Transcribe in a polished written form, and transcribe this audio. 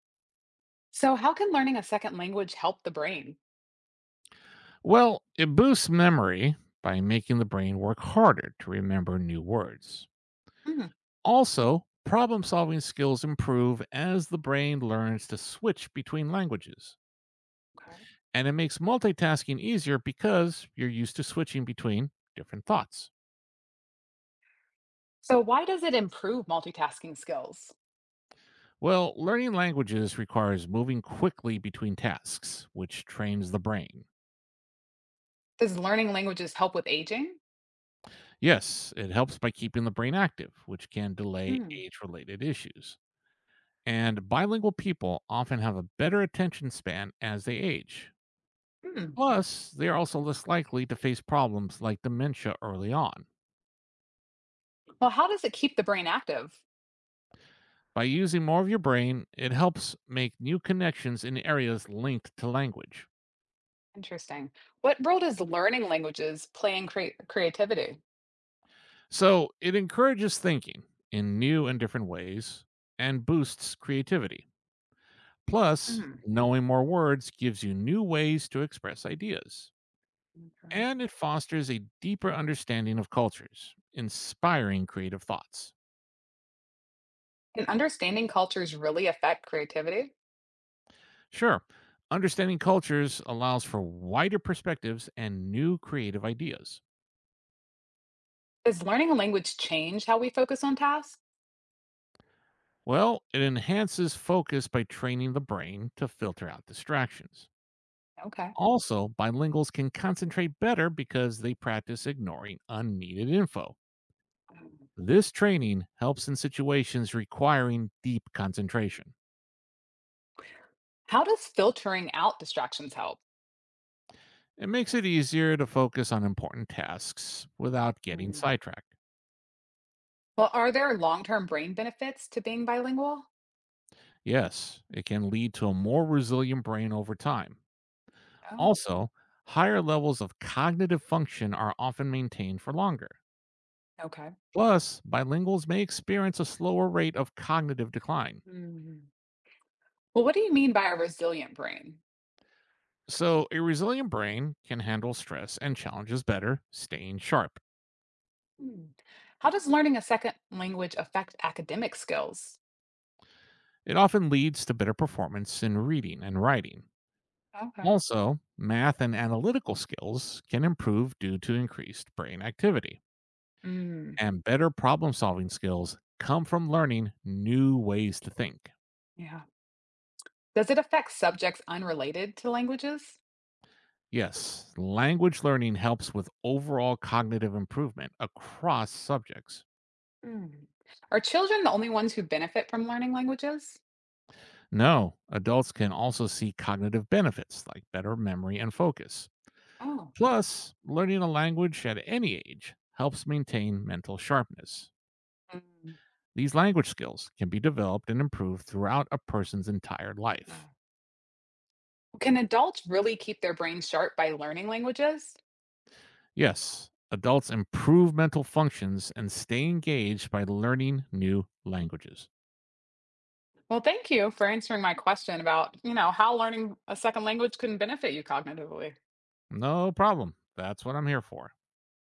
So, how can learning a second language help the brain? Well, it boosts memory by making the brain work harder to remember new words. Mm, Also, problem solving skills improve as the brain learns to switch between languages. okay. And it makes multitasking easier because you're used to switching between different thoughts. So, why does it improve multitasking skills? Well, learning languages requires moving quickly between tasks, which trains the brain. Does learning languages help with aging? Yes, it helps by keeping the brain active, which can delay Mm, age related issues. And bilingual people often have a better attention span as they age. mm. Plus, they are also less likely to face problems like dementia early on. Well, how does it keep the brain active? By using more of your brain, it helps make new connections in areas linked to language. Interesting. What role does learning languages play in creativity? So, it encourages thinking in new and different ways and boosts creativity. Plus, Mm, knowing more words gives you new ways to express ideas. okay. And it fosters a deeper understanding of cultures, inspiring creative thoughts. Can understanding cultures really affect creativity? Sure. Understanding cultures allows for wider perspectives and new creative ideas. Does learning a language change how we focus on tasks? Well, it enhances focus by training the brain to filter out distractions. Okay. Also, bilinguals can concentrate better because they practice ignoring unneeded info. Mm. This training helps in situations requiring deep concentration. How does filtering out distractions help? It makes it easier to focus on important tasks without getting sidetracked. Well, are there long-term brain benefits to being bilingual? Yes, it can lead to a more resilient brain over time. Oh, Also, higher levels of cognitive function are often maintained for longer. okay. Plus, bilinguals may experience a slower rate of cognitive decline. Mm. Well, what do you mean by a resilient brain? So, a resilient brain can handle stress and challenges better, staying sharp. Hmm. How does learning a second language affect academic skills? It often leads to better performance in reading and writing. Okay. Also, math and analytical skills can improve due to increased brain activity. Mm, And better problem solving skills come from learning new ways to think. yeah. Does it affect subjects unrelated to languages? Yes, language learning helps with overall cognitive improvement across subjects. Mm. Are children the only ones who benefit from learning languages? No, adults can also see cognitive benefits like better memory and focus. Oh. Plus, learning a language at any age helps maintain mental sharpness. Mm, These language skills can be developed and improved throughout a person's entire life. no. Can adults really keep their brains sharp by learning languages? Yes, adults improve mental functions and stay engaged by learning new languages. Well, thank you for answering my question about, how learning a second language can benefit you cognitively. No problem. That's what I'm here for.